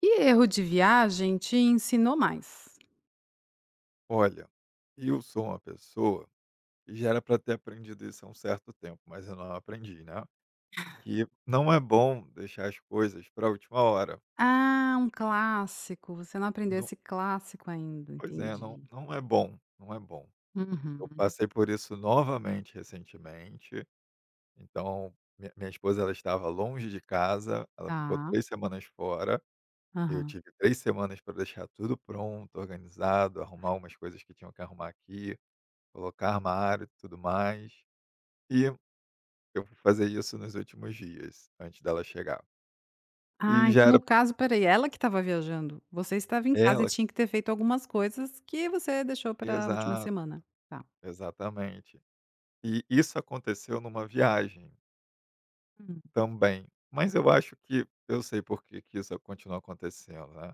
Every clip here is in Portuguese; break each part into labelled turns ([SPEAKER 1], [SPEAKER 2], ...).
[SPEAKER 1] Que erro de viagem te ensinou mais?
[SPEAKER 2] Olha, eu sou uma pessoa que já era para ter aprendido isso há um certo tempo, mas eu não aprendi, né? Que não é bom deixar as coisas para a última hora.
[SPEAKER 1] Ah, um clássico. Você não aprendeu
[SPEAKER 2] Não,
[SPEAKER 1] esse clássico ainda,
[SPEAKER 2] pois é, não,
[SPEAKER 1] entendi.
[SPEAKER 2] não é bom, não é bom. Eu
[SPEAKER 1] Uhum,
[SPEAKER 2] passei por isso novamente recentemente. Então, minha esposa ela estava longe de casa, ela ficou
[SPEAKER 1] tá.
[SPEAKER 2] 3 semanas fora. Eu
[SPEAKER 1] Aham.
[SPEAKER 2] tive 3 semanas para deixar tudo pronto, organizado, arrumar umas coisas que tinham que arrumar aqui, colocar armário e tudo mais. e Eu fui fazer isso nos últimos dias, antes dela chegar.
[SPEAKER 1] Ah,
[SPEAKER 2] E já
[SPEAKER 1] então no
[SPEAKER 2] era
[SPEAKER 1] caso, espera ela que estava viajando. Você estava em casa e
[SPEAKER 2] ela
[SPEAKER 1] tinha que ter feito algumas coisas que você deixou para a última
[SPEAKER 2] exato,
[SPEAKER 1] semana. Tá.
[SPEAKER 2] exatamente. E isso aconteceu numa viagem
[SPEAKER 1] Hum.
[SPEAKER 2] também, mas eu acho que eu sei por que que isso continua acontecendo, né.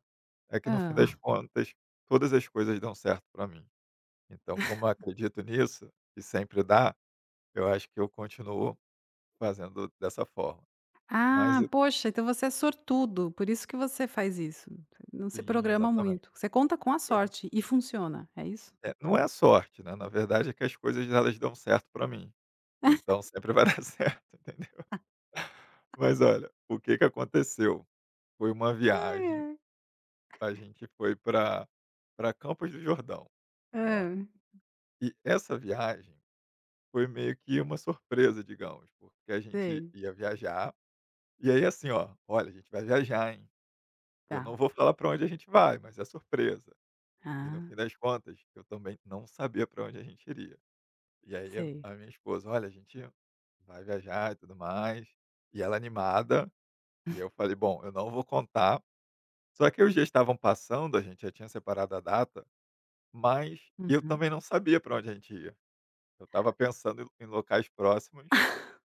[SPEAKER 2] É que no fim
[SPEAKER 1] Hã.
[SPEAKER 2] das contas, todas as coisas dão certo para mim. Então, como eu acredito nisso, e sempre dá, eu acho que eu continuo fazendo dessa forma. Mas
[SPEAKER 1] Ah,
[SPEAKER 2] eu
[SPEAKER 1] poxa, então você é sortudo, por isso que você faz isso. Não se
[SPEAKER 2] Sim,
[SPEAKER 1] programa
[SPEAKER 2] exatamente.
[SPEAKER 1] muito. Você conta com a
[SPEAKER 2] Eu-
[SPEAKER 1] sorte e funciona, é isso?
[SPEAKER 2] É, não é sorte, né, na verdade é que as coisas elas dão certo para mim. Então sempre vai dar certo, entendeu. Mas olha, o que que aconteceu? Foi uma
[SPEAKER 1] Ai,
[SPEAKER 2] viagem,
[SPEAKER 1] ai.
[SPEAKER 2] a gente foi para Campos do Jordão, né.
[SPEAKER 1] Hã,
[SPEAKER 2] E essa viagem foi meio que uma surpresa, digamos, porque a gente
[SPEAKER 1] sei,
[SPEAKER 2] ia viajar, e aí assim, ó: "Olha, a gente vai viajar, hein". Eu
[SPEAKER 1] tá.
[SPEAKER 2] não vou falar para onde a gente vai, mas é surpresa. E no
[SPEAKER 1] Ah,
[SPEAKER 2] fim das contas, eu também não sabia para onde a gente iria. E aí a
[SPEAKER 1] sei.
[SPEAKER 2] a minha esposa: "Olha, a gente vai viajar e tudo mais", e ela animada. E eu falei: "Bom, eu não vou contar". Só que os dias estavam passando, a gente já tinha separado a data, mas eu
[SPEAKER 1] Uhum.
[SPEAKER 2] também não sabia para onde a gente ia. Eu estava pensando em locais próximos,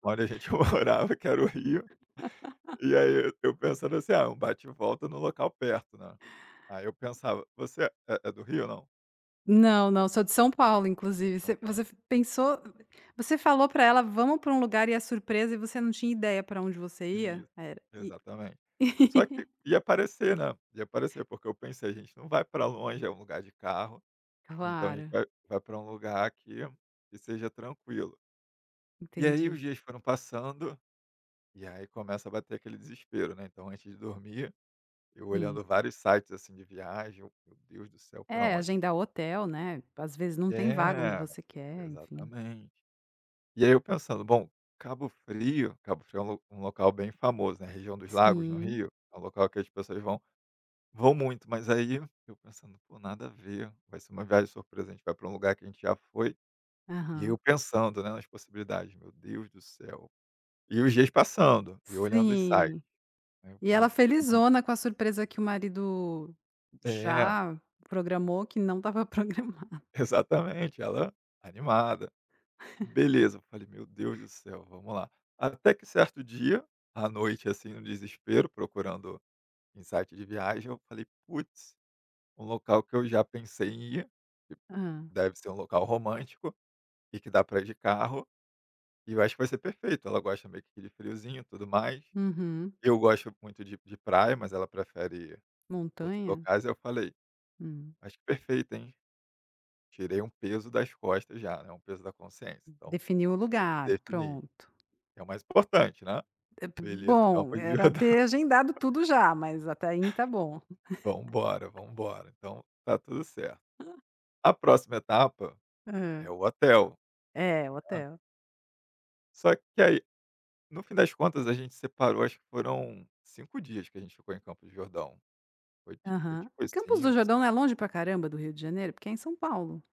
[SPEAKER 2] onde a gente morava, que era o Rio, e aí eu pensando assim: "Ah, um bate e volta no local perto, né". Aí eu pensava: "Você é do Rio ou não?"
[SPEAKER 1] Não, não, sou de São Paulo, inclusive.
[SPEAKER 2] São
[SPEAKER 1] Você
[SPEAKER 2] Paulo.
[SPEAKER 1] f pensou você falou pra ela: "Vamos pra um lugar", e é surpresa, e você não tinha ideia pra onde você ia?
[SPEAKER 2] Isso,
[SPEAKER 1] Era e
[SPEAKER 2] exatamente. Só que ia aparecer né, ia aparecer porque eu pensei: "A gente não vai para longe, é um lugar de carro, então a gente
[SPEAKER 1] Claro,
[SPEAKER 2] vai pra um lugar que seja tranquilo". E aí
[SPEAKER 1] entendi.
[SPEAKER 2] os dias foram passando, e aí começa a bater aquele desespero, né, então antes de dormir, eu
[SPEAKER 1] Sim.
[SPEAKER 2] olhando vários sites, assim, de viagem, eu: "Meu Deus do céu, pra
[SPEAKER 1] É,
[SPEAKER 2] onde?"
[SPEAKER 1] agendar o hotel, né, às vezes não tem vaga onde
[SPEAKER 2] É,
[SPEAKER 1] você quer, enfim.
[SPEAKER 2] exatamente. E aí eu pensando: "Bom, Cabo Frio". Cabo Frio é um lo um local bem famoso, né, região dos lagos no
[SPEAKER 1] Sim.
[SPEAKER 2] Rio, é um local que as pessoas vão muito, mas aí eu pensando: "Pô, nada a ver, vai ser uma viagem surpresa, a gente vai para um lugar que a gente já foi", e eu
[SPEAKER 1] Aham.
[SPEAKER 2] pensando, né, nas possibilidades, meu Deus do céu. E os dias passando, e eu olhando os sites.
[SPEAKER 1] Sim.
[SPEAKER 2] Aí eu
[SPEAKER 1] E ela
[SPEAKER 2] falo: "Não".
[SPEAKER 1] felizona com a surpresa que o marido
[SPEAKER 2] É,
[SPEAKER 1] já programou, que não estava programada.
[SPEAKER 2] exatamente, ela animada. Beleza, eu falei: "Meu Deus do céu, vamos lá". Até que certo dia, à noite, assim, no desespero, procurando em site de viagem, eu falei: "Putz, um local que eu já pensei em ir, que
[SPEAKER 1] Hã.
[SPEAKER 2] deve ser um local romântico e que dá pra ir de carro, e eu acho que vai ser perfeito". Ela gosta meio que de friozinho e tudo mais.
[SPEAKER 1] Uhum.
[SPEAKER 2] Eu gosto muito de praia, mas ela prefere outros
[SPEAKER 1] Montanha?
[SPEAKER 2] locais. Aí eu falei:
[SPEAKER 1] Hum,
[SPEAKER 2] "Acho que perfeito, hein". Tirei um peso das costas já, né, um peso da consciência, então
[SPEAKER 1] definiu o lugar,
[SPEAKER 2] defini,
[SPEAKER 1] pronto.
[SPEAKER 2] é o mais importante, né.
[SPEAKER 1] É p
[SPEAKER 2] Beleza,
[SPEAKER 1] bom,
[SPEAKER 2] Campo de
[SPEAKER 1] era
[SPEAKER 2] Jordão,
[SPEAKER 1] ter agendado tudo já, mas até aí tá bom.
[SPEAKER 2] vamos embora, então tá tudo certo. A próxima etapa é
[SPEAKER 1] Hã.
[SPEAKER 2] o hotel,
[SPEAKER 1] É, o
[SPEAKER 2] né,
[SPEAKER 1] hotel.
[SPEAKER 2] só que aí, no fim das contas, a gente separou, acho que foram 5 dias que a gente ficou em Campos do Jordão, foi
[SPEAKER 1] Aham.
[SPEAKER 2] tipo
[SPEAKER 1] A Campos do
[SPEAKER 2] 5 se
[SPEAKER 1] Jordão não é longe pra caramba do Rio de Janeiro? Porque é em São Paulo.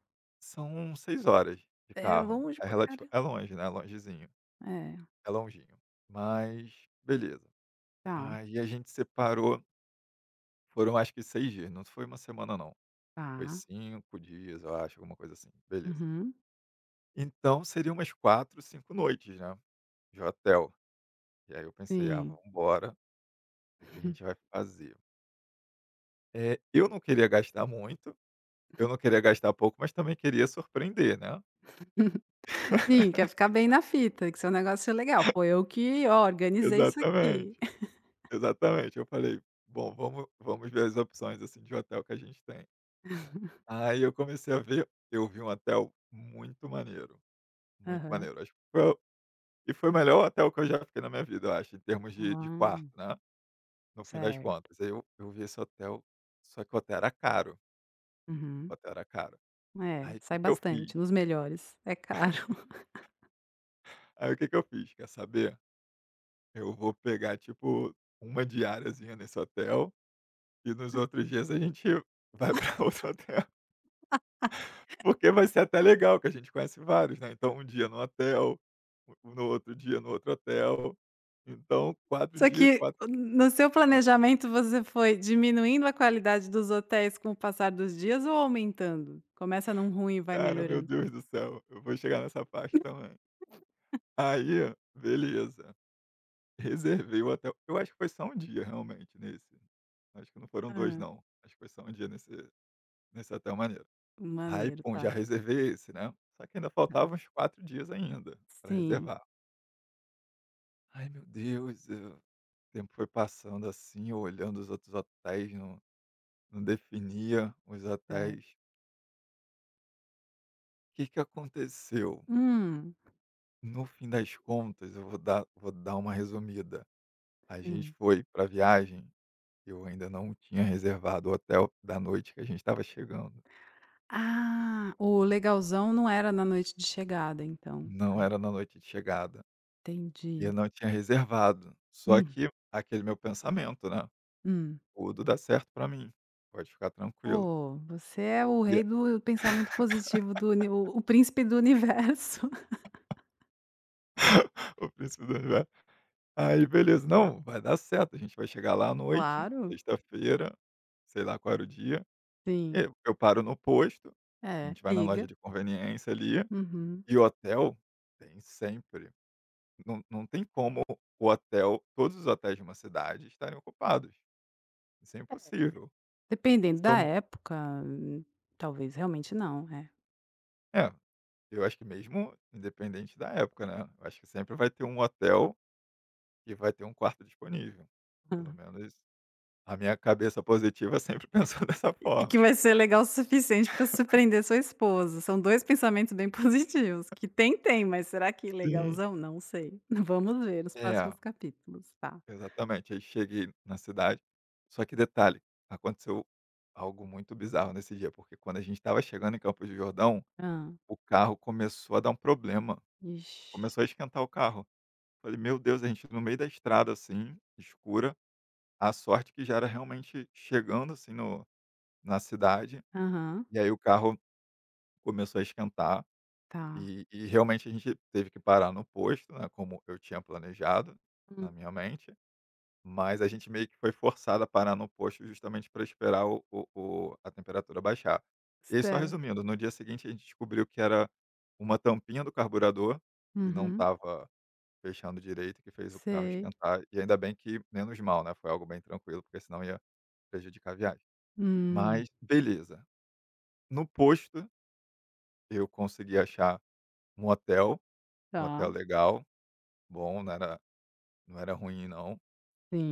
[SPEAKER 2] são 6 horas de
[SPEAKER 1] É
[SPEAKER 2] carro,
[SPEAKER 1] longe
[SPEAKER 2] é
[SPEAKER 1] pra
[SPEAKER 2] relativo
[SPEAKER 1] caramba.
[SPEAKER 2] é longe, né, longezinho,
[SPEAKER 1] É,
[SPEAKER 2] é longinho, mas beleza.
[SPEAKER 1] tá,
[SPEAKER 2] Aí a gente separou. Foram acho que 6 dias, não foi uma semana não, foi
[SPEAKER 1] tá.
[SPEAKER 2] 5 dias, eu acho, alguma coisa assim, beleza.
[SPEAKER 1] Uhum.
[SPEAKER 2] Então seria umas 4 5 noites, né, de hotel. E aí eu pensei: "Ah,
[SPEAKER 1] Sim.
[SPEAKER 2] vamos embora, o que que a gente vai fazer?". Eu não queria gastar muito, eu não queria gastar pouco, mas também queria surpreender, né.
[SPEAKER 1] Sim, quer ficar bem na fita, que seu negócio é legal. "Pô, eu que, ó, organizei isso aqui".
[SPEAKER 2] Exatamente, exatamente. Eu falei: "Bom, vamos ver as opções, assim, de hotel que a gente tem". Aí eu comecei a ver, eu vi um hotel muito maneiro, muito
[SPEAKER 1] Aham.
[SPEAKER 2] maneiro. Acho que foi E foi o melhor hotel que eu já fiquei na minha vida, eu acho, em termos de
[SPEAKER 1] Hã,
[SPEAKER 2] de quarto, né, no fim das
[SPEAKER 1] certo.
[SPEAKER 2] contas. Aí eu vi esse hotel, só que o hotel era caro, o
[SPEAKER 1] Uhum.
[SPEAKER 2] hotel era caro.
[SPEAKER 1] É,
[SPEAKER 2] Aí o
[SPEAKER 1] sai
[SPEAKER 2] que que eu fiz?
[SPEAKER 1] bastante, nos melhores. É caro.
[SPEAKER 2] Aí o que que eu fiz, quer saber? Eu vou pegar, tipo, uma diáriazinha nesse hotel e nos outros dias a gente vai para outro hotel, porque vai ser até legal, que a gente conhece vários, né, então um dia no hotel, o no outro dia no outro hotel, então 4
[SPEAKER 1] Só
[SPEAKER 2] dias,
[SPEAKER 1] que
[SPEAKER 2] 4
[SPEAKER 1] no seu planejamento você foi diminuindo a qualidade dos hotéis com o passar dos dias ou aumentando? Começa num ruim e vai
[SPEAKER 2] Cara, meu
[SPEAKER 1] melhorando?
[SPEAKER 2] Deus do céu, eu vou chegar nessa parte também. Aí, beleza, reservei o hotel. Eu acho que foi só um dia realmente nesse, acho que não foram 2,
[SPEAKER 1] Hã,
[SPEAKER 2] não, acho que foi só um dia nesse hotel maneiro. Aí,
[SPEAKER 1] maneiro,
[SPEAKER 2] pum, já
[SPEAKER 1] tá.
[SPEAKER 2] reservei esse, né, só que ainda faltavam uns 4 dias ainda para
[SPEAKER 1] Sim,
[SPEAKER 2] reservar. Ai, meu Deus, eu o tempo foi passando, assim, eu olhando os outros hotéis, não definia os
[SPEAKER 1] certo.
[SPEAKER 2] hotéis. O que que aconteceu?
[SPEAKER 1] Hum,
[SPEAKER 2] No fim das contas, eu vou dar uma resumida. A gente
[SPEAKER 1] sim.
[SPEAKER 2] foi para viagem, eu ainda não tinha reservado o hotel da noite que a gente estava chegando.
[SPEAKER 1] Ah, o legalzão não era na noite de chegada então,
[SPEAKER 2] Não era na noite de chegada, e eu
[SPEAKER 1] entendi.
[SPEAKER 2] não tinha reservado. Só
[SPEAKER 1] Hum,
[SPEAKER 2] que aquele meu pensamento, né:
[SPEAKER 1] hum.
[SPEAKER 2] "Tudo dá certo para mim, pode ficar tranquilo".
[SPEAKER 1] Oh, você é o
[SPEAKER 2] E
[SPEAKER 1] rei do pensamento positivo do uni o príncipe do universo.
[SPEAKER 2] o príncipe do universo. Aí beleza: "Não, vai dar certo, a gente vai chegar lá à noite,
[SPEAKER 1] Claro,
[SPEAKER 2] sexta-feira", sei lá qual era o dia,
[SPEAKER 1] sim,
[SPEAKER 2] e eu paro no posto, a
[SPEAKER 1] é,
[SPEAKER 2] gente vai na
[SPEAKER 1] liga.
[SPEAKER 2] loja de conveniência ali,
[SPEAKER 1] Uhum.
[SPEAKER 2] e hotel tem sempre. Não tem como o hotel todos os hotéis de uma cidade estarem ocupados, isso é impossível.
[SPEAKER 1] Dependendo
[SPEAKER 2] São
[SPEAKER 1] da época, hum, talvez realmente não, é.
[SPEAKER 2] É, eu acho que mesmo independente da época, né, eu acho que sempre vai ter um hotel que vai ter um quarto disponível, pelo menos a minha cabeça positiva sempre pensou dessa
[SPEAKER 1] E
[SPEAKER 2] forma.
[SPEAKER 1] que vai ser legal o suficiente para surpreender sua esposa. São 2 pensamentos bem positivos, que tem, tem, mas será que
[SPEAKER 2] Sim.
[SPEAKER 1] legalzão? Não sei. Vamos ver os
[SPEAKER 2] É,
[SPEAKER 1] próximos capítulos, tá.
[SPEAKER 2] exatamente, aí cheguei na cidade, só que detalhe, aconteceu algo muito bizarro nesse dia, porque quando a gente estava chegando em Campos do Jordão,
[SPEAKER 1] Ah,
[SPEAKER 2] o carro começou a dar um problema, começou a
[SPEAKER 1] Ixi.
[SPEAKER 2] esquentar o carro. Falei: "Meu Deus", a gente no meio da estrada, assim, escura, a sorte que já era realmente chegando, assim, no na cidade,
[SPEAKER 1] Aham,
[SPEAKER 2] e aí o carro começou a esquentar,
[SPEAKER 1] tá.
[SPEAKER 2] e realmente a gente teve que parar no posto, né, como eu tinha planejado na
[SPEAKER 1] Hum,
[SPEAKER 2] minha mente, mas a gente meio que foi forçado a parar no posto justamente para esperar o a temperatura baixar. E aí só
[SPEAKER 1] certo.
[SPEAKER 2] resumindo, no dia seguinte a gente descobriu que era uma tampinha do carburador, que não
[SPEAKER 1] Uhum,
[SPEAKER 2] estava fechando direito, que fez o carro
[SPEAKER 1] sei.
[SPEAKER 2] esquentar, e ainda bem que menos mal, né, foi algo bem tranquilo, porque senão ia prejudicar a viagem. Mas
[SPEAKER 1] Hum,
[SPEAKER 2] beleza, no posto eu consegui achar um hotel, um hotel
[SPEAKER 1] tá,
[SPEAKER 2] legal, bom, não era ruim não,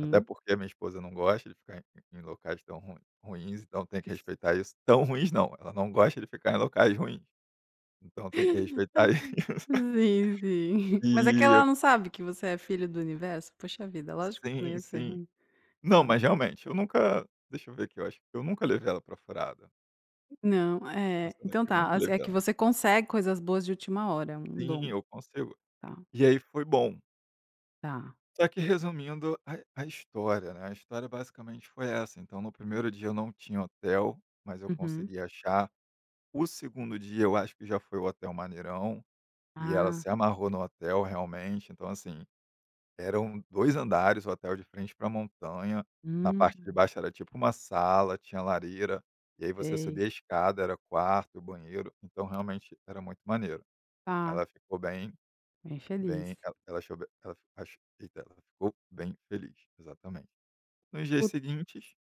[SPEAKER 2] até porque a minha esposa não gosta de ficar em locais tão ruim ruins, então tem que respeitar isso. Tão ruins não, ela não gosta de ficar em locais ruins, então tem que respeitar isso.
[SPEAKER 1] Sim, sim. Mas é que
[SPEAKER 2] E
[SPEAKER 1] ela não sabe que você é filho do universo? Poxa vida, lógico que não
[SPEAKER 2] sim,
[SPEAKER 1] ia ser
[SPEAKER 2] sim.
[SPEAKER 1] ruim.
[SPEAKER 2] Não,
[SPEAKER 1] Tá.
[SPEAKER 2] mas realmente, eu nunca deixa eu ver aqui, eu acho que eu nunca levei ela pra furada,
[SPEAKER 1] Não,
[SPEAKER 2] tô
[SPEAKER 1] é.
[SPEAKER 2] pensando aqui,
[SPEAKER 1] Então
[SPEAKER 2] eu
[SPEAKER 1] tá,
[SPEAKER 2] nunca
[SPEAKER 1] as é
[SPEAKER 2] levei
[SPEAKER 1] que
[SPEAKER 2] ela
[SPEAKER 1] você consegue coisas boas de última hora, é um dom.
[SPEAKER 2] sim, eu consigo.
[SPEAKER 1] Tá,
[SPEAKER 2] E aí foi bom.
[SPEAKER 1] tá.
[SPEAKER 2] Só que resumindo a história, né, a história basicamente foi essa, então no primeiro dia eu não tinha hotel, mas eu
[SPEAKER 1] Uhum.
[SPEAKER 2] consegui achar. O segundo dia eu acho que já foi o hotel maneirão, e ela
[SPEAKER 1] Ah,
[SPEAKER 2] se amarrou no hotel realmente, então assim, eram 2 andares, o hotel de frente pra montanha, na parte de
[SPEAKER 1] hum,
[SPEAKER 2] baixo era tipo uma sala, tinha lareira, e aí você
[SPEAKER 1] sei.
[SPEAKER 2] subia a escada, era quarto, banheiro, então realmente era muito maneiro.
[SPEAKER 1] Tá,
[SPEAKER 2] Ela ficou bem
[SPEAKER 1] bem feliz.
[SPEAKER 2] bem ela ela achou be ela ach eita, ela ficou bem feliz, exatamente. Nos dias
[SPEAKER 1] Put
[SPEAKER 2] seguintes,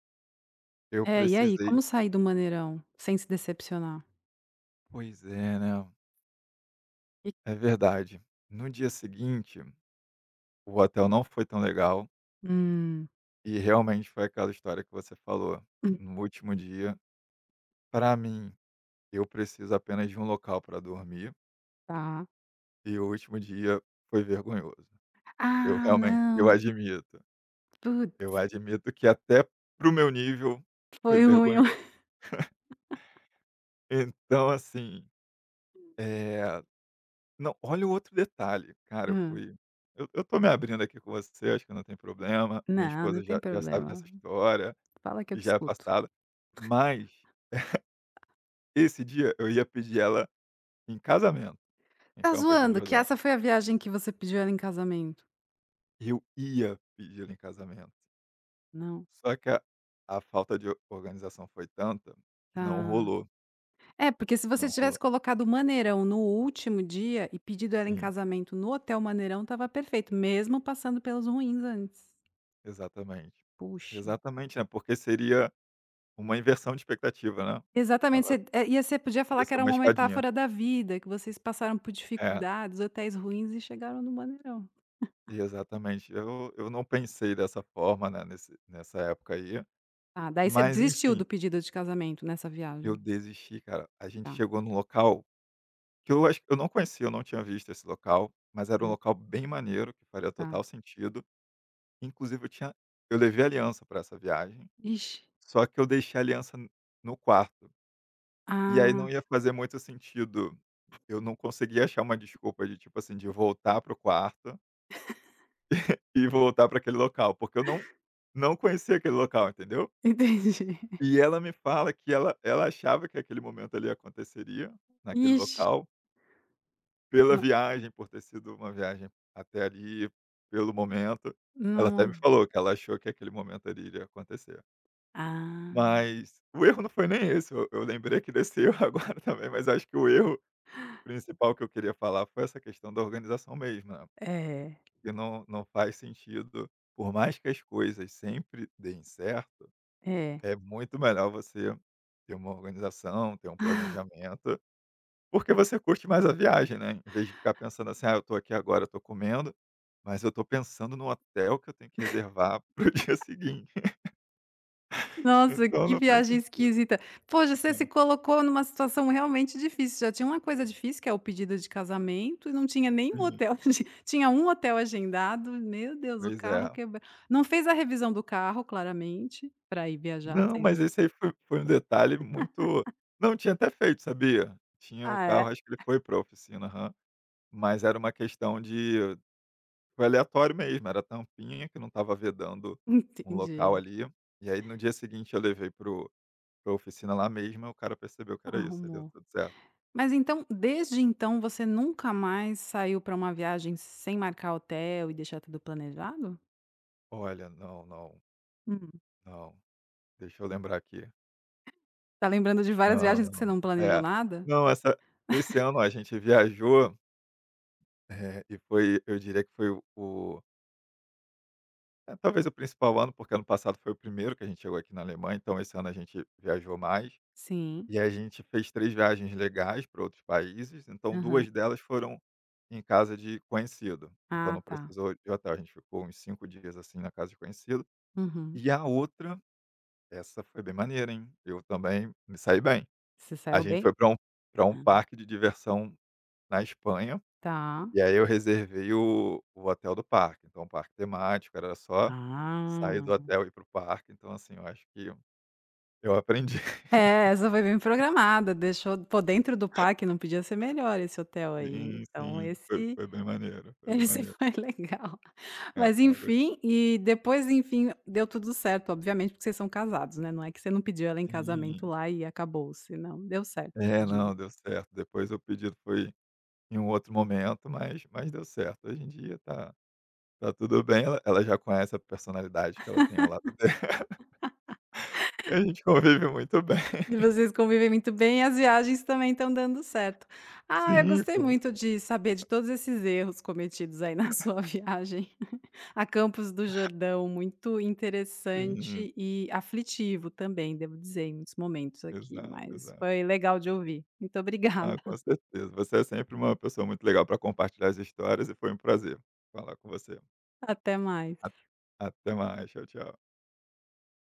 [SPEAKER 2] eu
[SPEAKER 1] é, e aí,
[SPEAKER 2] precisei,
[SPEAKER 1] como sair do maneirão sem se decepcionar?
[SPEAKER 2] pois é, né,
[SPEAKER 1] E
[SPEAKER 2] é verdade. No dia seguinte, o hotel não foi tão legal,
[SPEAKER 1] hum,
[SPEAKER 2] e realmente foi aquela história que você falou,
[SPEAKER 1] hum,
[SPEAKER 2] no último dia, para mim eu preciso apenas de um local para dormir,
[SPEAKER 1] tá.
[SPEAKER 2] e o último dia foi vergonhoso. Eu
[SPEAKER 1] "Ah,
[SPEAKER 2] realmente eu
[SPEAKER 1] não,
[SPEAKER 2] admito,
[SPEAKER 1] putz,
[SPEAKER 2] eu admito que até pro meu nível foi
[SPEAKER 1] foi ruim".
[SPEAKER 2] vergonhoso. Então assim, eh, não, olha o outro detalhe, cara,
[SPEAKER 1] Hã.
[SPEAKER 2] eu tô me abrindo aqui com você, acho que não tem problema, minha
[SPEAKER 1] Não, não
[SPEAKER 2] esposa
[SPEAKER 1] tem
[SPEAKER 2] já sabe dessa
[SPEAKER 1] problema.
[SPEAKER 2] história,
[SPEAKER 1] Fala que eu
[SPEAKER 2] e
[SPEAKER 1] te
[SPEAKER 2] já é
[SPEAKER 1] escuto.
[SPEAKER 2] passada. Mas esse dia eu ia pedir ela em casamento, em
[SPEAKER 1] Tá
[SPEAKER 2] Campos do
[SPEAKER 1] zoando que
[SPEAKER 2] Jordão.
[SPEAKER 1] essa foi a viagem que você pediu ela em casamento?
[SPEAKER 2] Eu ia pedir ela em casamento.
[SPEAKER 1] Não?
[SPEAKER 2] Só que a falta de organização foi tanta que não
[SPEAKER 1] Tá.
[SPEAKER 2] rolou,
[SPEAKER 1] É, porque se você
[SPEAKER 2] não
[SPEAKER 1] tivesse
[SPEAKER 2] rolou.
[SPEAKER 1] colocado o Maneirão no último dia e pedido ela em
[SPEAKER 2] Sim,
[SPEAKER 1] casamento no hotel Maneirão, estava perfeito, mesmo passando pelos ruins antes.
[SPEAKER 2] exatamente.
[SPEAKER 1] Puxa.
[SPEAKER 2] Exatamente, né, porque seria uma inversão de expectativa, né.
[SPEAKER 1] Exatamente,
[SPEAKER 2] Ela
[SPEAKER 1] você eh, e você podia falar
[SPEAKER 2] ia
[SPEAKER 1] que
[SPEAKER 2] ser
[SPEAKER 1] era
[SPEAKER 2] uma
[SPEAKER 1] uma
[SPEAKER 2] escadinha.
[SPEAKER 1] metáfora da vida, que vocês passaram por
[SPEAKER 2] É,
[SPEAKER 1] dificuldades, hotéis ruins e chegaram no Maneirão.
[SPEAKER 2] exatamente. Eu não pensei dessa forma, né, nesse nessa época aí,
[SPEAKER 1] Ah, daí você
[SPEAKER 2] mas
[SPEAKER 1] desistiu
[SPEAKER 2] enfim,
[SPEAKER 1] do pedido de casamento nessa viagem?
[SPEAKER 2] eu desisti, cara. A gente
[SPEAKER 1] Tá.
[SPEAKER 2] chegou num local que eu acho que eu não conhecia, eu não tinha visto esse local, mas era um
[SPEAKER 1] Hum,
[SPEAKER 2] local bem maneiro, que faria
[SPEAKER 1] tá.
[SPEAKER 2] total sentido. Inclusive eu levei aliança para essa viagem.
[SPEAKER 1] Ixi.
[SPEAKER 2] Só que eu deixei a aliança n no quarto. E aí
[SPEAKER 1] Ah,
[SPEAKER 2] não ia fazer muito sentido, eu não conseguia achar uma desculpa de, tipo assim, de voltar pro quarto e voltar para aquele local, porque eu não conhecia aquele local, entendeu.
[SPEAKER 1] entendi.
[SPEAKER 2] E ela me fala que ela achava que aquele momento ali aconteceria, naquele
[SPEAKER 1] Ixi.
[SPEAKER 2] local, pela
[SPEAKER 1] No
[SPEAKER 2] viagem, por ter sido uma viagem até ali, pelo momento. Ela até me
[SPEAKER 1] não.
[SPEAKER 2] falou que ela achou que aquele momento ali iria acontecer.
[SPEAKER 1] Ah,
[SPEAKER 2] Mas o erro não foi nem esse, eu lembrei que desse erro agora também, mas acho que o erro principal que eu queria falar foi essa questão da organização mesmo, né,
[SPEAKER 1] é,
[SPEAKER 2] porque não faz sentido, por mais que as coisas sempre deem certo,
[SPEAKER 1] é.
[SPEAKER 2] é muito melhor você ter uma organização, ter um planejamento, porque você curte mais a viagem, né, em vez de ficar pensando assim: "Ah, eu estou aqui agora, eu estou comendo, mas eu estou pensando no hotel que eu tenho que reservar para o dia seguinte",
[SPEAKER 1] Nossa,
[SPEAKER 2] então
[SPEAKER 1] que
[SPEAKER 2] não faz
[SPEAKER 1] viagem
[SPEAKER 2] sentido.
[SPEAKER 1] esquisita. Poxa, você se
[SPEAKER 2] É,
[SPEAKER 1] colocou numa situação realmente difícil. Já tinha uma coisa difícil, que é o pedido de casamento, e não tinha nenhum
[SPEAKER 2] sim,
[SPEAKER 1] hotel agi tinha um hotel agendado. Meu Deus, o
[SPEAKER 2] pois
[SPEAKER 1] carro
[SPEAKER 2] é.
[SPEAKER 1] quebrou. Não fez a revisão do carro, claramente, para ir viajar,
[SPEAKER 2] Não,
[SPEAKER 1] sei lá.
[SPEAKER 2] mas esse aí foi um detalhe muito, não, tinha até feito, sabia? Tinha o
[SPEAKER 1] Ah,
[SPEAKER 2] carro,
[SPEAKER 1] é?
[SPEAKER 2] acho que ele foi pra oficina, aham. Mas era uma questão de, foi aleatório mesmo, era tampinha que não estava vedando um local
[SPEAKER 1] Entendi.
[SPEAKER 2] ali, e aí no dia seguinte eu levei para a oficina lá mesmo, aí o cara percebeu que era isso, aí deu
[SPEAKER 1] Arrumou.
[SPEAKER 2] tudo certo.
[SPEAKER 1] Mas então, desde então, você nunca mais saiu para uma viagem sem marcar hotel e deixar tudo planejado?
[SPEAKER 2] Olha, não, não,
[SPEAKER 1] Hum.
[SPEAKER 2] não, deixa eu lembrar aqui.
[SPEAKER 1] Tá lembrando de várias
[SPEAKER 2] Não,
[SPEAKER 1] viagens que você
[SPEAKER 2] não.
[SPEAKER 1] não planejou
[SPEAKER 2] É.
[SPEAKER 1] nada?
[SPEAKER 2] Não, essa esse ano a gente viajou, e foi, eu diria que foi o, é, talvez o principal ano, porque ano passado foi o primeiro que a gente chegou aqui na Alemanha, então esse ano a gente viajou mais.
[SPEAKER 1] Sim.
[SPEAKER 2] E a gente fez 3 viagens legais para outros países, então
[SPEAKER 1] Aham.
[SPEAKER 2] 2 delas foram em casa de conhecido, então
[SPEAKER 1] Ah,
[SPEAKER 2] não
[SPEAKER 1] tá.
[SPEAKER 2] precisou de hotel, a gente ficou uns 5 dias, assim, na casa de conhecido.
[SPEAKER 1] Uhum.
[SPEAKER 2] E a outra, essa foi bem maneira, hein, eu também me saí bem.
[SPEAKER 1] Você
[SPEAKER 2] A
[SPEAKER 1] saiu
[SPEAKER 2] gente
[SPEAKER 1] bem?
[SPEAKER 2] foi para um
[SPEAKER 1] Hã.
[SPEAKER 2] parque de diversão na Espanha.
[SPEAKER 1] Tá.
[SPEAKER 2] E aí eu reservei o hotel do parque, então um parque temático, era só sair do
[SPEAKER 1] Ah.
[SPEAKER 2] hotel e ir para o parque, então assim, eu acho que eu aprendi.
[SPEAKER 1] É, essa foi bem programada, deixou pô, dentro do parque não podia ser melhor esse hotel aí,
[SPEAKER 2] Sim,
[SPEAKER 1] então
[SPEAKER 2] sim,
[SPEAKER 1] esse
[SPEAKER 2] foi bem maneiro, foi bem
[SPEAKER 1] esse
[SPEAKER 2] maneiro.
[SPEAKER 1] foi legal.
[SPEAKER 2] Ela
[SPEAKER 1] Mas
[SPEAKER 2] ela gos
[SPEAKER 1] enfim, e depois, enfim, deu tudo certo, obviamente, porque vocês são casados, né, não é que você não pediu ela em
[SPEAKER 2] Sim.
[SPEAKER 1] casamento lá e acabou-se, não, deu certo.
[SPEAKER 2] É, não, deu certo, depois o pedido foi em um outro momento, mas deu certo. Hoje em dia tá tudo bem, ela já conhece a personalidade que ela tem ao lado dela, e a gente convive muito bem.
[SPEAKER 1] E vocês convivem muito bem e as viagens também estão dando certo. Ah, eu
[SPEAKER 2] Sim,
[SPEAKER 1] gostei
[SPEAKER 2] foi
[SPEAKER 1] muito
[SPEAKER 2] muito bom.
[SPEAKER 1] de saber de todos esses erros cometidos aí na sua viagem a Campos do Jordão, muito
[SPEAKER 2] Sim,
[SPEAKER 1] interessante e aflitivo também, devo dizer, em muitos momentos aqui,
[SPEAKER 2] exato,
[SPEAKER 1] mas
[SPEAKER 2] exato.
[SPEAKER 1] foi legal de ouvir. Muito obrigada.
[SPEAKER 2] Ah, com certeza. Você é sempre uma pessoa muito legal para compartilhar as histórias e foi um prazer falar com você.
[SPEAKER 1] Até mais.
[SPEAKER 2] A- Até mais. Tchau, tchau.